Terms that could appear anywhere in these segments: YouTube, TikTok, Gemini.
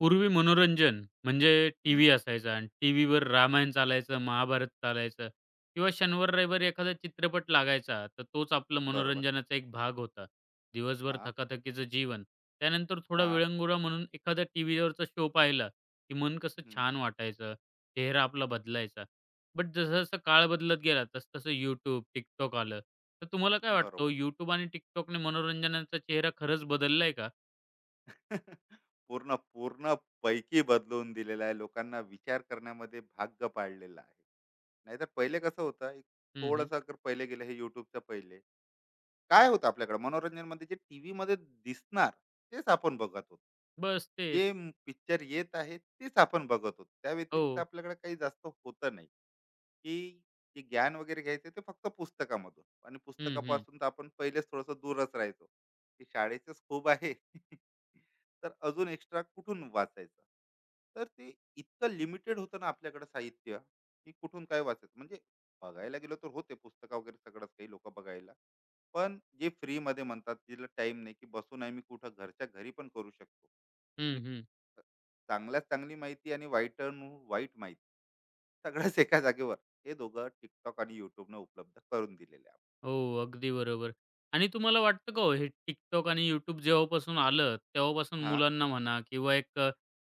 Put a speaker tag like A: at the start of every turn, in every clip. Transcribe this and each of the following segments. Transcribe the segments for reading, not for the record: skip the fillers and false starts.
A: पूर्वी मनोरंजन म्हणजे
B: हं,
A: टीव्ही असायचा आणि टीव्हीवर रामायण चालायचं, महाभारत चालायचं किंवा शनिवार, रविवारी एखादा चित्रपट लागायचा, तर तोच आपलं
B: बरोबर.
A: मनोरंजनाचा एक भाग होता. दिवसभर
B: हां,
A: थकाथकीचं जीवन. त्यानंतर थोडा
B: हां.
A: विरंगुळा म्हणून एखादा टीव्हीवरचा शो पाहिला, की मन कसं
B: हं,
A: छान वाटायचं, चेहरा आपला बदलायचा. बट जसं-जसं काळ बदलत गेला, तसं-तसं YouTube, TikTok आलं. तर तुम्हाला काय वाटतं
B: बरोबर.
A: हो, आणि TikTokने मनोरंजनाचा चेहरा खरंच बदललाय का?
B: पूर्ण पैकी बदलवून दिलेला आहे. लोकांना विचार करण्यामध्ये भाग पाडलेलं आहे. नाहीतर पहिले कसं होतं, एक
A: हं, हं.
B: थोडंसं अगर पहिले गेलं हे YouTubeच्या पहिले, काय होतं आपल्याकडे मनोरंजन मध्ये जे टीव्ही मध्ये दिसणार तेच आपण बघत होतो.
A: बस तेच.
B: जे पिक्चर येत आहे तेच आपण बघत होतो, त्या
A: हो.
B: व्यतिरिक्त आपल्याकडे काही जास्त होतं नाही. की जे ज्ञान वगैरे घ्यायचं ते फक्त पुस्तकामधून, आणि
A: हं, हं.
B: पुस्तकापासून तर आपण पहिलेच थोडस दूरच राहायचो की शाळेचंच खूप आहे. तर अजून एक्स्ट्रा कुठून वाचायचं, तर ते इतकं लिमिटेड होतं ना आपल्याकडे साहित्य, की कुठून काय वाचायचं. म्हणजे बघायला गेलो तर होते पुस्तकं वगैरे, सगळंच काही लोक बघायला, पण जे फ्री मध्ये म्हणतात तिला टाइम नाही, की बसून आहे मी कुठं, घरच्या घरी पण करू शकतो.
A: हं,
B: आणि
A: हं.
B: चांगल्यात चांगली माहिती आणि वाईट वाईट माहिती सगळ्याच एका जागेवर, हे दोघं टिकटॉक आणि युट्यूबने उपलब्ध करून दिलेले आहे.
A: हो, अगदी बरोबर. आणि तुम्हाला वाटतं का हो, हे TikTok आणि YouTube जेव्हापासून आलं, तेव्हापासून
B: हा,
A: मुलांना म्हणा किंवा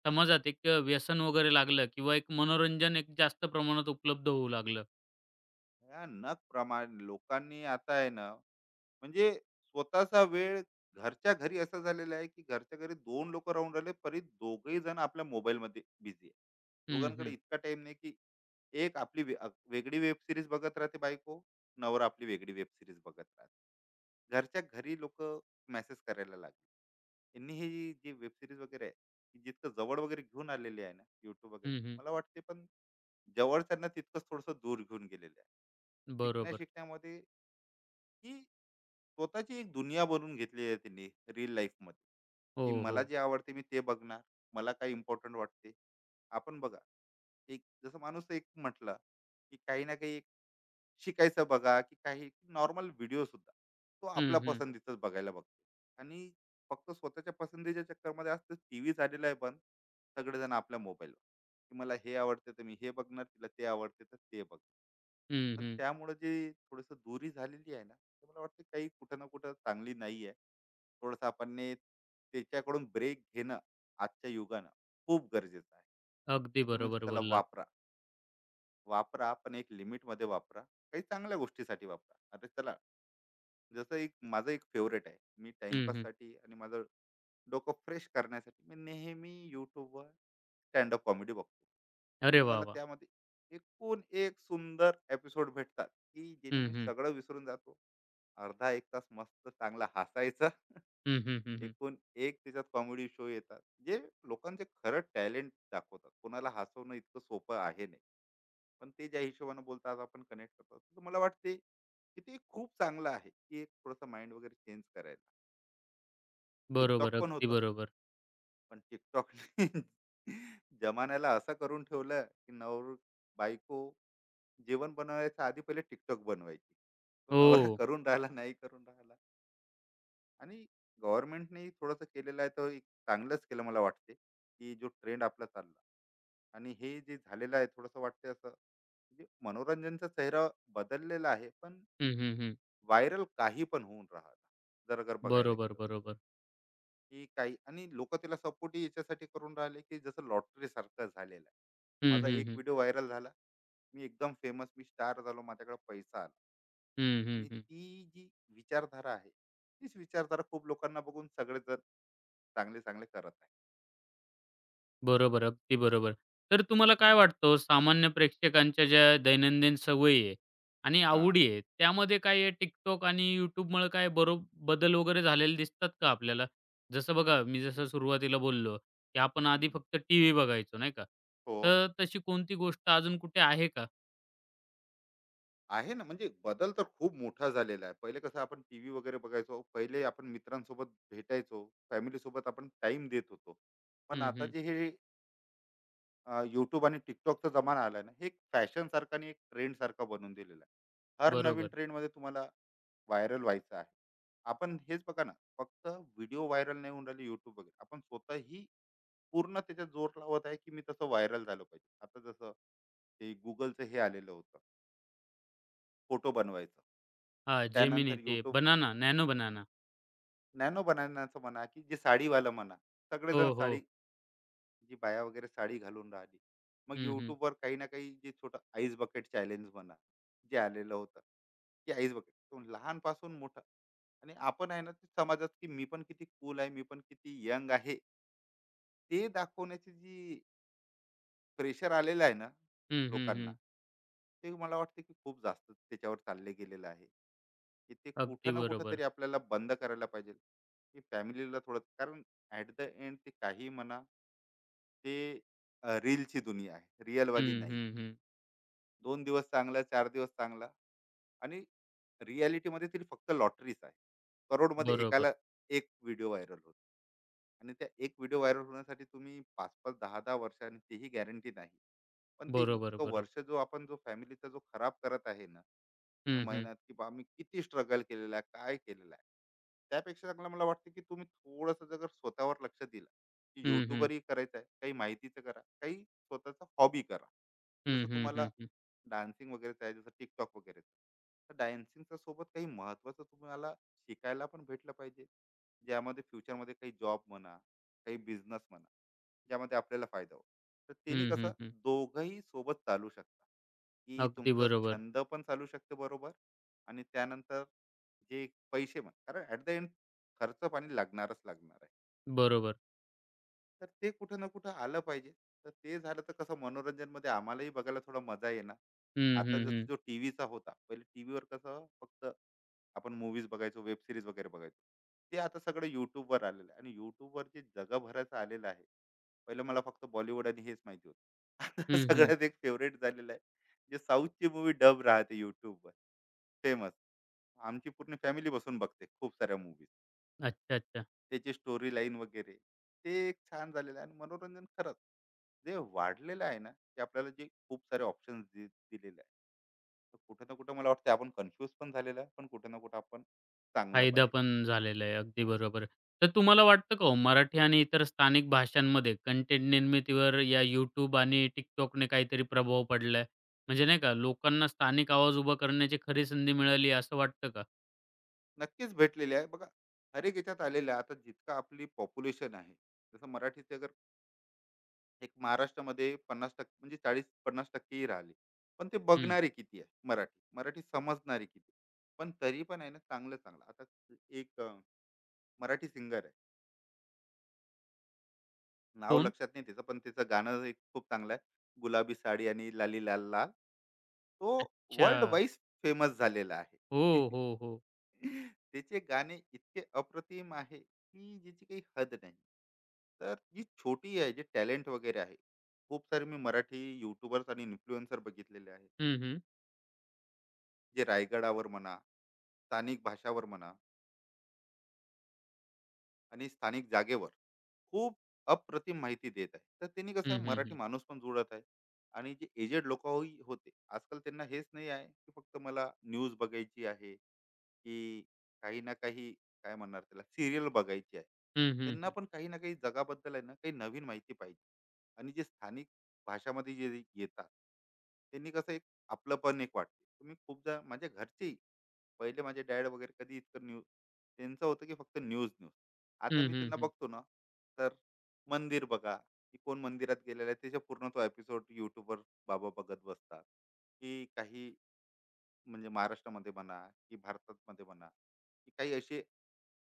A: समाजात व्यसन वगैरे लागलं किंवा एक मनोरंजन एक जास्त प्रमाणात उपलब्ध होऊ लागलं.
B: भयानक प्रमाण लोकांनी आता आहे ना. म्हणजे स्वतःचा वेळ, घरच्या घरी असं झालेलं आहे की घरच्या घरी दोन लोक राहून राहिले परी दोघही जण आपल्या मोबाईलमध्ये बिझी आहे.
A: हं,
B: दोघांकडे
A: हं.
B: इतका टाइम नाही की एक आपली वेगळी वेब सिरीज बघत राहते बायको, नवरा आपली वेगळी वेब सिरीज बघत राहते. घरच्या घरी लोक मेसेज करायला लागले. यांनी हे, जी वेब सिरीज वगैरे आहे ती जितकं जवळ वगैरे घेऊन आलेली आहे ना युट्यूब वगैरे,
A: हं, हं.
B: मला वाटते पण जवळच्यांना तितकंच थोडंसं दूर घेऊन गेलेलं आहे. शिकण्या
A: बरोबर.
B: शिकण्यामध्ये की स्वतःची एक दुनिया बनवून घेतली आहे तिने, रिअल लाईफमध्ये.
A: हो,
B: की
A: हो.
B: मला जे आवडते मी ते बघणार, मला काय इम्पॉर्टंट वाटते. आपण बघा, एक जसं माणूस एक म्हटलं की काही ना काही एक शिकायचं बघा की, काही नॉर्मल व्हिडिओ सुद्धा तो
A: हं,
B: आपल्या
A: हं.
B: पसंतीचाच बघायला बघतो. आणि फक्त स्वतःच्या पसंतीच्या चक्करमध्ये आज टी व्ही झालेला आहे. पण सगळेजण आपल्या मोबाईलवर, की मला हे आवडते तर मी हे बघणार, तिला ते आवडते तर ते बघ.
A: हं,
B: पण
A: हं.
B: त्यामुळे जे थोडंसं दूरी झालेली आहे ना, ते मला वाटतं काही कुठं ना कुठं चांगली नाही आहे. थोडंसं आपण ने त्याच्याकडून ब्रेक घेणं आजच्या युगानं खूप गरजेचं आहे.
A: अगदी
B: की तुम्ही
A: बरोबर
B: त्याला
A: बोललात.
B: वापरा, वापरा पण एक लिमिटमध्ये वापरा. काही चांगल्या गोष्टीसाठी वापरा. आता चला, जसं एक माझं एक फेवरेट आहे. मी
A: हं, हं.
B: टाईमपाससाठी आणि माझं डोकं फ्रेश करण्यासाठी मी नेहमी YouTubeवर स्टँड-अप कॉमेडी बघतो.
A: अरे
B: आणि
A: वाह,
B: मला
A: वाह!
B: त्यामध्ये एकूण एक सुंदर एपिसोड भेटतात, की जेणे
A: हं,
B: मी
A: हं.
B: सगळं विसरून जातो. अर्धा 1 तास मस्त चांगला हसायचं.
A: हं, हं, हं, हं.
B: एकूण एक त्याच्यात कॉमेडी शो येतात, जे लोकांचे खरं टॅलेंट दाखवतात. कोणाला हसवणं इतकं सोपं आहे नाही, पण ते ज्या हिशोबाने बोलतात, आज आपण कनेक्ट करतो, तर मला वाटते की ते खूप चांगलं आहे, की एक थोडंसं माइंड वगैरे चेंज करायला. टिकटॉक
A: बरोबर,
B: पण
A: अगदी
B: होतं,
A: बरोबर.
B: पण टिकटॉकने जमान्याला असं करून ठेवलं की नवर बायको जेवण बनवायच्या आधी पहिले टिकटॉक बनवायची. तो नवरा
A: हो.
B: करून राहिला, नाही करून राहिला. आणि गव्हर्नमेंटने थोडंसं केलेलं आहे तर एक चांगलंच केलं. मला वाटते की जो ट्रेंड आपला चालला, आणि हे जे झालेलं आहे थोडंसं वाटते असं, म्हणजे मनोरंजनचा चेहरा बदललेला आहे. पण
A: हं, हं, हं.
B: व्हायरल काही पण होऊन राहिला, जर अगर बघायला
A: बरोबर,
B: गेलो,
A: बरोबर.
B: की काही. आणि लोक त्याला सपोर्टही याच्यासाठी करून राहिले की जसं लॉटरी सारखं झालेलं आहे.
A: हं,
B: माझा
A: हं,
B: एक
A: हं.
B: व्हिडिओ व्हायरल झाला, मी एकदम फेमस, मी स्टार झालो, माझ्याकडे पैसा आला.
A: हं, हं,
B: आणि
A: हं.
B: ती जी विचारधारा आहे, तीच विचारधारा खूप लोकांना बघून सगळेजण चांगले चांगले करत आहे.
A: बरोबर, अगदी बरोबर. तर तुम्हाला काय
B: हम्म,
A: वाटतं सामान्य प्रेक्षकांच्या ज्या दैनंदिन सवयी आहे आणि
B: हा.
A: आवडी आहे, त्यामध्ये काय हे TikTok आणि YouTubeमुळे काय बदल वगैरे झालेले दिसतात का आपल्याला? जसं बघा, मी जसं सुरुवातीला बोललो, की आपण आधी
B: हम्म,
A: फक्त टीव्ही बघायचो, नाही का?
B: हो.
A: तर तशी कोणती गोष्ट अजून कुठे आहे का?
B: आहे ना, म्हणजे बदल तर खूप मोठा झालेला आहे. पहिले कसं आपण टीव्ही वगैरे बघायचो, पहिले आपण मित्रांसोबत भेटायचो, फॅमिली सोबत आपण टाइम देत होतो. पण
A: हं,
B: आता
A: हं.
B: जे हे यूट्यूब आणि टिकटॉकचा जमाना आलाय ना, हे एक फॅशन सारखा आणि एक ट्रेंड सारखा बनून दिलेला आहे. हर नवीन
A: बरोबर.
B: ट्रेंड मध्ये तुम्हाला व्हायरल व्हायचं आहे. आपण हेच बघा ना, फक्त व्हिडिओ व्हायरल नाही होऊन राहिले युट्यूब वगैरे, आपण स्वतःही पूर्ण त्याच्यात जोर लावत आहे की मी तसं व्हायरल झालं पाहिजे. आता जसं ते गुगलचं हे आलेलं होतं, फोटो बनवायचं.
A: हां, Gemini
B: त्यानंतर
A: ते
B: YouTube,
A: banana, nano banana.
B: Nano बनवण्याचं म्हणा, की जे साडीवालं म्हणा, सगळेजण
A: हो, हो.
B: साडी, जी बाया वगैरे साडी घालून राहिली. मग
A: हं, हं.
B: युट्यूबवर काही ना काही जे छोटं आईस बकेट चॅलेंज म्हणा, जे आलेलं होतं, की आईस बकेट, लहानपासून मोठं. आणि आपण आहे ना ते समाजात, की मी पण किती कूल आहे, मी पण किती यंग आहे, ते दाखवण्याची जी प्रेशर आलेलं आहे ना
A: हं, हं,
B: लोकांना,
A: हं.
B: ते मला वाटतं की खूप जास्त त्याच्यावर चालले गेलेलं आहे. की ते
A: अगदी
B: कुठं ना कुठं तरी
A: बरोबर.
B: आपल्याला बंद करायला पाहिजे, की फॅमिलीला थोडं, कारण ॲट द एंड ते काही म्हणा, ते रीलची दुनिया आहे, रिअलवाली
A: हं,
B: नाही.
A: हं, हं.
B: दोन दिवस चांगला, चार दिवस चांगला. आणि रियालिटीमध्ये तरी फक्त लॉटरीच आहे, करोडमध्ये
A: बरोबर,
B: एकाला एक व्हिडिओ व्हायरल होतो. आणि त्या एक व्हिडिओ व्हायरल होण्यासाठी तुम्ही पाच पाच दहा दहा वर्ष, आणि तेही गॅरंटी नाही. पण ते
A: बरोबर,
B: इतकं
A: बरोबर.
B: वर्ष जो आपण जो फॅमिलीचा जो खराब करत आहे ना, आणि
A: हं, हं.
B: मेहनत की बा, मी किती स्ट्रगल केलेला आहे, काय केलेलं आहे. त्यापेक्षा चांगलं मला वाटतं की तुम्ही थोडंसं जर स्वतःवर लक्ष दिलं, की
A: हं, हं.
B: युट्यूबवरही करायचं आहे काही माहितीचं करा, काही स्वतःचा हॉबी करा. जसं
A: हं, हं,
B: तुम्हाला
A: हं, हं.
B: डान्सिंग वगैरे, त्याच्यासाठी टिकटॉक वगैरे. तर डान्सिंगच्या सोबत काही महत्त्वाचं तुम्हाला शिकायला पण भेटलं पाहिजे, ज्यामध्ये फ्युचरमध्ये काही जॉब म्हणा, काही बिझनेस म्हणा, ज्यामध्ये आपल्याला फायदा हो. तर त्यांनी
A: हं,
B: कसं
A: हं, हं.
B: दोघंही सोबत चालू शकतात, की
A: अगदी
B: तुमचं
A: बरोबर.
B: छंद पण चालू शकते बरोबर. आणि त्यानंतर जे पैसे म्हणा, कारण ॲट द एंड खर्च पाणी लागणारच लागणार आहे.
A: बरोबर.
B: तर ते कुठं ना कुठं आलं पाहिजे. तर ते झालं तर कसं मनोरंजनमध्ये आम्हालाही बघायला थोडा मजा येणार.
A: हं,
B: आता
A: हं,
B: जसं
A: हं.
B: जो टीव्हीचा होता, पहिले टीव्हीवर कसं फक्त आपण मूव्हीज बघायचो, वेब सीरीज वगैरे बघायचो. ते आता सगळं YouTubeवर आलेलं आहे आणि YouTubeवर जे जगभराचं आलेलं आहे. पहिलं मला फक्त बॉलिवूड आणि हेच माहिती होतं. आता
A: हं, हं.
B: सगळ्यात एक फेव्हरेट झालेलं आहे. जे साऊथची मूव्ही डब राहते YouTubeवर, फेमस. आमची पूर्ण फॅमिली बसून बघते खूप साऱ्या मूव्हीज.
A: अच्छा, अच्छा.
B: त्याची स्टोरी लाईन वगैरे, ते एक छान झालेलं आहे. आणि मनोरंजन खरंच जे वाढलेलं आहे ना, ते आपल्याला जे खूप सारे ऑप्शन्स दिलेले आहे, तर कुठं ना कुठं मला वाटतं आपण कन्फ्यूज पण झालेलं आहे, पण कुठं ना कुठं आपण चांगलं पण
A: फायदा
B: आहे.
A: पण झालेला आहे. अगदी
B: हा,
A: बरोबर. तर तुम्हाला वाटतं का हो, मराठी आणि इतर स्थानिक भाषांमध्ये कंटेंट निर्मितीवर या YouTube आणि TikTokने काहीतरी प्रभाव पडलाय? म्हणजे नाही का, लोकांना स्थानिक आवाज उभा करण्याची खरी संधी मिळाली आहे, असं वाटतं का?
B: नक्कीच भेटलेली आहे बघा. हर एक याच्यात आलेलं आहे. आता जितकं आपली पॉप्युलेशन आहे, जसं मराठीचे अगर एक महाराष्ट्रामध्ये 50%, म्हणजे 40-50% ही राहिली. पण ते
A: हं.
B: बघणारी किती आहे, मराठी मराठी समजणारी किती. पण तरी पण आहे ना, चांगलं चांगलं. आता एक मराठी सिंगर आहे. नाव
A: कोण?
B: लक्षात नाही त्याचं, पण त्याचं गाणं एक खूप चांगलं आहे. गुलाबी साडी आणि लाली लाल लाल. तो वर्ल्ड
A: अच्छा.
B: वाईज फेमस झालेला आहे.
A: हो, हो, हो.
B: त्याचे गाणे इतके अप्रतिम आहे, की ज्याची काही हद नाही. तर जी छोटी आहे, जे टॅलेंट वगैरे आहे. खूप सारे मी मराठी यूट्यूबर्स आणि इन्फ्लुएन्सर बघितलेले आहे.
A: हं, हं.
B: जे रायगडावर म्हणा, स्थानिक भाषावर म्हणा, आणि स्थानिक जागेवर खूप अप्रतिम माहिती देत आहे. तर त्यांनी कसं
A: हं,
B: आहे,
A: हं,
B: मराठी
A: हं.
B: माणूस पण जुळत आहे. आणि जे एजेड लोक होते आजकाल, त्यांना हेच नाही आहे की फक्त मला न्यूज बघायची आहे, की काही ना काही काय म्हणणार त्याला, सिरियल बघायची आहे.
A: हं, हं,
B: त्यांना
A: हं.
B: पण काही ना काही जगाबद्दल आहे ना, काही नवीन माहिती पाहिजे. आणि जे स्थानिक भाषामध्ये जे येतात, त्यांनी कसं एक आपलं पण एक वाटते. तुम्ही खूपदा, माझ्या घरचेही, पहिले माझे डॅड वगैरे कधी इतकं न्यूज, त्यांचं होतं की फक्त न्यूज न्यूज. आता
A: हं,
B: मी
A: हं,
B: त्यांना
A: हं.
B: बघतो ना, तर मंदिर बघा, की कोण मंदिरात गेलेलं आहे त्याचा पूर्ण तो एपिसोड युट्यूबवर बाबा बघत बसतात. की काही म्हणजे महाराष्ट्रामध्ये म्हणा, की भारतामध्ये म्हणा, की काही असे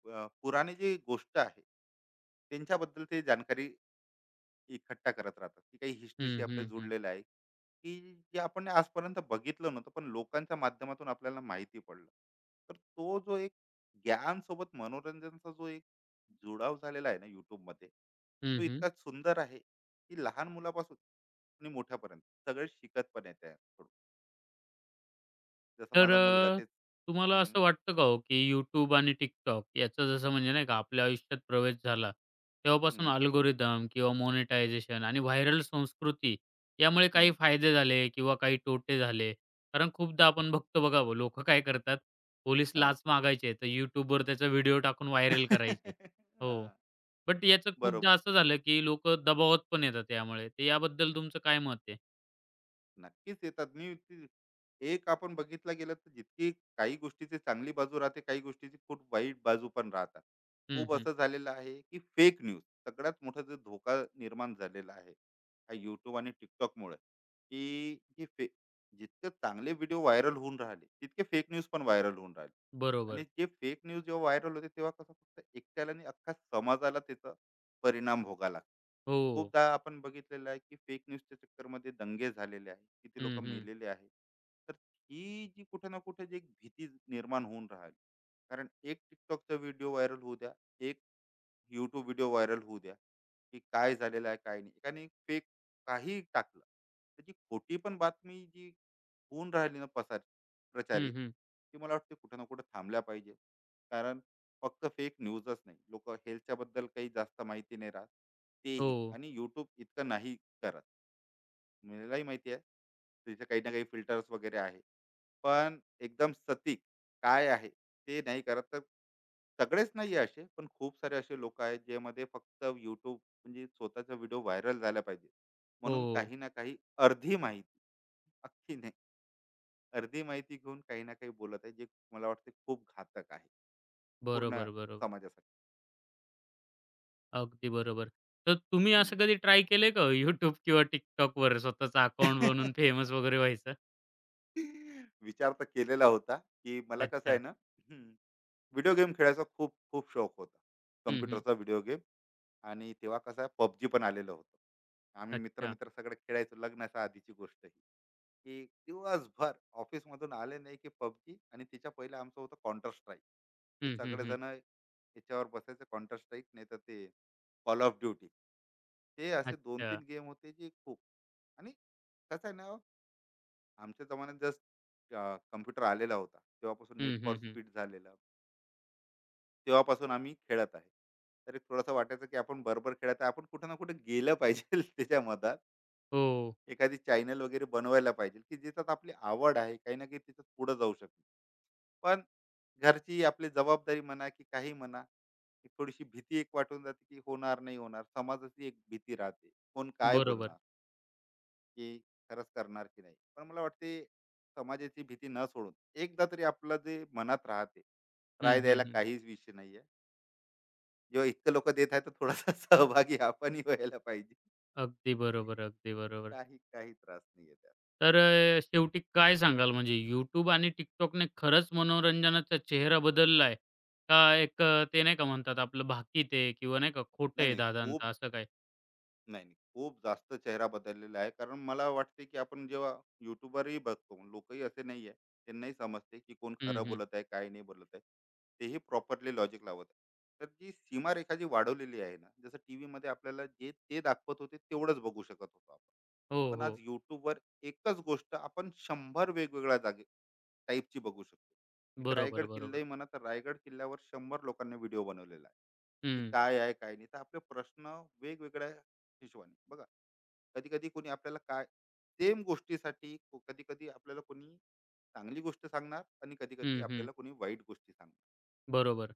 B: पुराणे जे गोष्ट आहे, त्यांच्याबद्दल ते जाणकारी इकट्ठा करत राहतात. की काही हिस्ट्रीशी
A: हं,
B: आपल्या
A: हं, हं.
B: जोडलेलं आहे, की जे आपण आजपर्यंत बघितलं नव्हतं, पण लोकांच्या माध्यमातून आपल्याला माहिती पडलं. तर तो जो एक ज्ञान सोबत मनोरंजनचा जो एक जुडाव झालेला आहे ना YouTube मध्ये, तो इतका सुंदर आहे की लहान मुलापासून आणि मोठ्यापर्यंत सगळे शिकत पण येते थोडं. जसं
A: तर
B: माझा मुलगा
A: अ,
B: तेच.
A: तुम्हाला
B: हम्म,
A: असं वाटतं का हो, की YouTube आणि TikTok याचा जसं म्हणजे नाही का आपल्या आयुष्यात प्रवेश झाला, तेव्हापासून
B: हम्म,
A: अल्गोरिदम किंवा मॉनिटायझेशन आणि व्हायरल संस्कृती यामुळे काही
B: हम्म,
A: फायदे झाले किंवा काही तोटे झाले? कारण खूपदा आपण बघतो बघा हो, लोकं काय करतात, पोलीस
B: हा.
A: लाच मागायचे तर YouTubeवर त्याचा व्हिडिओ टाकून व्हायरल करायचे. हो,
B: हा,
A: बट याचं खूपदा
B: बरोबर,
A: असं झालं, की लोकं दबावात पण येतात यामुळे. तर याबद्दल तुमचं काय मत आहे?
B: नक्कीच येतात. मी ती एक आपण बघितला गेलं तर, जितकी काही गोष्टीची चांगली बाजू राहते, काही गोष्टीची खूप वाईट बाजू पण राहतात.
A: हं,
B: खूप
A: हं.
B: असं झालेलं आहे, की फेक न्यूज सगळ्यात मोठा जो धोका निर्माण झालेला आहे, हा YouTube आणि TikTokमुळे, की हे फे, जितके चांगले व्हिडिओ व्हायरल होऊन राहिले, तितके फेक न्यूज पण व्हायरल होऊन राहिले. आणि
A: बरोबर.
B: जे फेक न्यूज जेव्हा व्हायरल होते, तेव्हा कसं फक्त एकट्याला नाही, अख्ख्या समाजाला त्याचा परिणाम भोगावा लागतो.
A: हो.
B: खूपदा आपण बघितलेलं आहे की फेक न्यूजच्या चक्करमध्ये दंगे झालेले आहे, किती लोक
A: हं, हं.
B: मेलेले आहेत. तर ही जी कुठे ना कुठे जी एक भीती निर्माण होऊन राहिली, कारण एक टिकटॉकचा व्हिडिओ व्हायरल होऊ द्या, एक YouTube व्हिडिओ व्हायरल होऊ द्या, की काय झालेलं आहे, काय नाही. एकाने फेक काहीही टाकलं, तर जी खोटी पण बातमी जी होऊन राहिली ना पसार,
A: हं,
B: प्रचारित,
A: हं.
B: ती मला वाटते कुठं ना कुठं थांबल्या पाहिजे. कारण फक्त फेक न्यूजच नाही, लोकं हेल्थच्याबद्दल काही जास्त माहिती नाही राहत,
A: हो.
B: तेही, आणि YouTube इतकं नाही करत. मलाही माहिती आहे, तिथे काही ना काही फिल्टर्स वगैरे आहे. पण एकदम सटीक काय आहे, ते नाही करत. तर सगळेच नाही आहे असे, पण खूप सारे असे लोक आहेत ज्यामध्ये फक्त यूट्यूब म्हणजे स्वतःचा व्हिडिओ व्हायरल झाला पाहिजे, म्हणून
A: हो.
B: काही ना काही अर्धी माहिती, अख्खी नाही, अर्धी माहिती घेऊन काही ना काही बोलत आहे, जे मला वाटते खूप घातक आहे पूर्ण
A: बरोबर, बरोबर.
B: समाजासाठी.
A: अगदी बरोबर. तर तुम्ही
B: हम्म.
A: असं कधी ट्राय केलंय का YouTube किंवा TikTokवर स्वतःचं अकाउंट बनवून फेमस वगैरे व्हायचं?
B: विचार तर केलेला होता, की मला कसं आहे
A: अच्छा.
B: ना, व्हिडिओ गेम खेळायचा खूप खूप शौक होता,
A: हं, हं.
B: कम्प्युटरचा व्हिडिओ गेम. आणि तेव्हा कसं पबजी पण आलेलं होतं. आम्ही
A: अच्छा.
B: मित्र-मित्र सगळे खेळायचो. लग्नाच्या आधीची गोष्ट ही, की दिवसभर ऑफिसमधून आले नाही की पबजी, आणि तिच्या पहिले आमचं होतं काउंटर स्ट्राईक. ते
A: हं, हं, हं.
B: सगळेजण याच्यावर बसायचं, काउंटर स्ट्राईक नाहीतर ते कॉल ऑफ ड्युटी. हे असे
A: अच्छा.
B: 2,3 गेम होते जे खूप. आणि कसं आहे ना, आमच्या जमान्यात जस्ट अ, आलेला होता. तेव्हापासून नीड
A: हं,
B: फॉर
A: हं, हं.
B: स्पीड झालेलं. तेव्हापासून आम्ही खेळत आहे. तर एक थोडंसं वाटायचं की आपण बरोबर खेळत आहे. आपण कुठे ना कुठे गेलं पाहिजे त्याच्या मधात.
A: हो.
B: एखादी चॅनल वगैरे बनवायला पाहिजे, की ज्याच्यात आपली आवड आहे, काही ना काही त्याच्यात पुढे जाऊ शकतो. पण घरची आपली जबाबदारी म्हणा की काही म्हणा, एक थोडीशी भीती एक वाटून जाते की होणार, नाही होणार. समाजाची एक भीती राहते, कोण काय
A: बरोबर.
B: बोलणार, की खरंच करणार की नाही. पण मला वाटते समाजाची भीती न सोडून एकदा तरी आपलं जे मनात राहते,
A: हं,
B: राय
A: हं,
B: द्यायला
A: हं.
B: काहीच विषय नाहीये. जेव्हा इतकं लोक देत आहे, तर थोडासा सहभागी आपणही व्हायला पाहिजे.
A: अगदी बरोबर, अगदी बरोबर.
B: काही काही त्रास नाही त्यात.
A: शेवटी काय सांगाल म्हणजे YouTube आणि TikTokने खरंच मनोरंजनाचा चेहरा बदललाय? का ते नाही का म्हणतात आपलं भाकीत आहे किंवा नाही का खोटं
B: नाही
A: आहे
B: नाही
A: दादांत
B: खूप,
A: असं काही?
B: नाही, नाही. खूप जास्त चेहरा बदललेला आहे. कारण मला वाटते, की आपण जेव्हा YouTubeवरही बघतो, लोकही असे नाहीये. त्यांनाही समजते, की कोण
A: हं,
B: खरं
A: हं.
B: बोलत आहे, काय नाही बोलत आहे. तेही प्रॉपरली लॉजिक लावत आहे. तर जी सीमारेखा जी वाढवलेली आहे ना, जसं टीव्हीमध्ये आपल्याला जे ते दाखवत होते, तेवढंच बघू शकत होतो आपण.
A: हो,
B: पण आज
A: हो.
B: YouTubeवर एकच गोष्ट आपण 100 वेगवेगळ्या जागे टाईपची बघू शकतो. एक
A: बरोबर,
B: रायगड
A: बरोबर.
B: किल्लाही म्हणा, तर रायगड किल्ल्यावर 100 लोकांनी व्हिडिओ बनवलेला आहे. की
A: हं.
B: काय आहे काय नाही, तर आपले प्रश्न वेगवेगळ्या हिशोबाने बघा. कधी कधी कोणी आपल्याला काय सेम गोष्टीसाठी, कधी कधी आपल्याला कोणी चांगली गोष्ट सांगणार, आणि कधी कधी
A: हं, हं.
B: आपल्याला कोणी वाईट गोष्टी सांगणार.
A: बरोबर.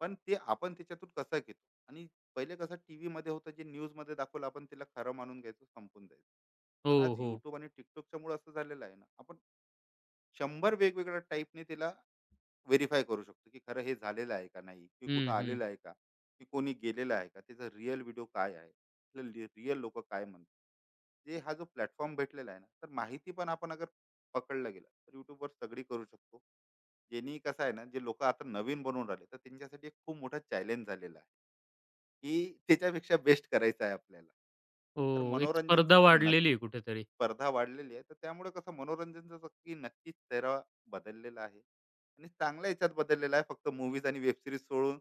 B: पण ते आपण त्याच्यातून कसं घेतो. आणि पहिले कसं टीव्ही मध्ये होतं जे न्यूज मध्ये दाखवलं, आपण त्याला खरं मानून घ्यायचं, संपून जायचं.
A: हो,
B: पण आज
A: हो.
B: युट्यूब आणि टिकटॉकच्या मुळे असं झालेलं आहे ना, आपण 100 वेगवेगळ्या टाईपने त्याला व्हेरीफाय करू शकतो, की खरं हे झालेलं आहे का नाही, की कुठं
A: हं, हं.
B: आलेलं आहे का, की कोणी गेलेलं आहे का, त्याचा रिअल व्हिडिओ काय आहे, रिअल लोक काय म्हणतात. जे हा जो प्लॅटफॉर्म भेटलेला आहे ना, तर माहिती पण आपण अगर पकडला गेला तर युट्यूबवर सगळी करू शकतो. ज्यांनी कसं आहे ना, जे लोक आता नवीन बनवून राहिले, तर त्यांच्यासाठी एक खूप मोठा चॅलेंज झालेला आहे, की त्याच्यापेक्षा बेस्ट करायचं आहे आपल्याला.
A: हो,
B: तर
A: एक
B: मनोरंजनचं
A: स्पर्धा
B: तर नक्की,
A: वाढलेली आहे कुठेतरी.
B: स्पर्धा वाढलेली आहे, तर त्यामुळे कसं मनोरंजनचा नक्की नक्कीच चेहरा बदललेला आहे, आणि चांगल्या याच्यात बदललेला आहे. फक्त मूवीज आणि वेबसिरीज सोडून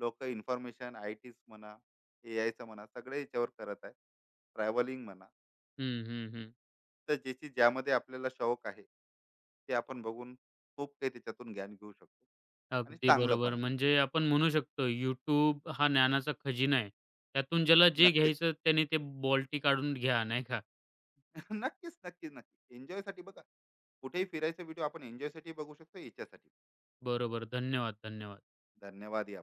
B: लोक इन्फॉर्मेशन, IT म्हणा, AIचं म्हणा, सगळ्या याच्यावर करत आहे, ट्रॅव्हलिंग म्हणा.
A: हं, हं, हं.
B: तर ज्याची ज्यामध्ये आपल्याला शौक आहे, ते आपण बघून खूप काही त्याच्यातून ज्ञान घेऊ शकतो. आणि
A: अगदी
B: चांगलं
A: बरोबर.
B: पण आहे.
A: म्हणजे आपण म्हणू शकतो YouTube हा ज्ञानाचा खजिना आहे. त्यातून ज्याला जे
B: नक्कीच.
A: घ्यायचं त्याने ते बॉल्टी काढून घ्या, नाही का?
B: नक्कीच, नक्कीच, नक्की एन्जॉयसाठी बघा, कुठेही फिरायचा व्हिडिओ आपण एन्जॉयसाठी बघू शकतो याच्यासाठी.
A: बरोबर. धन्यवाद, धन्यवाद.
B: धन्यवाद या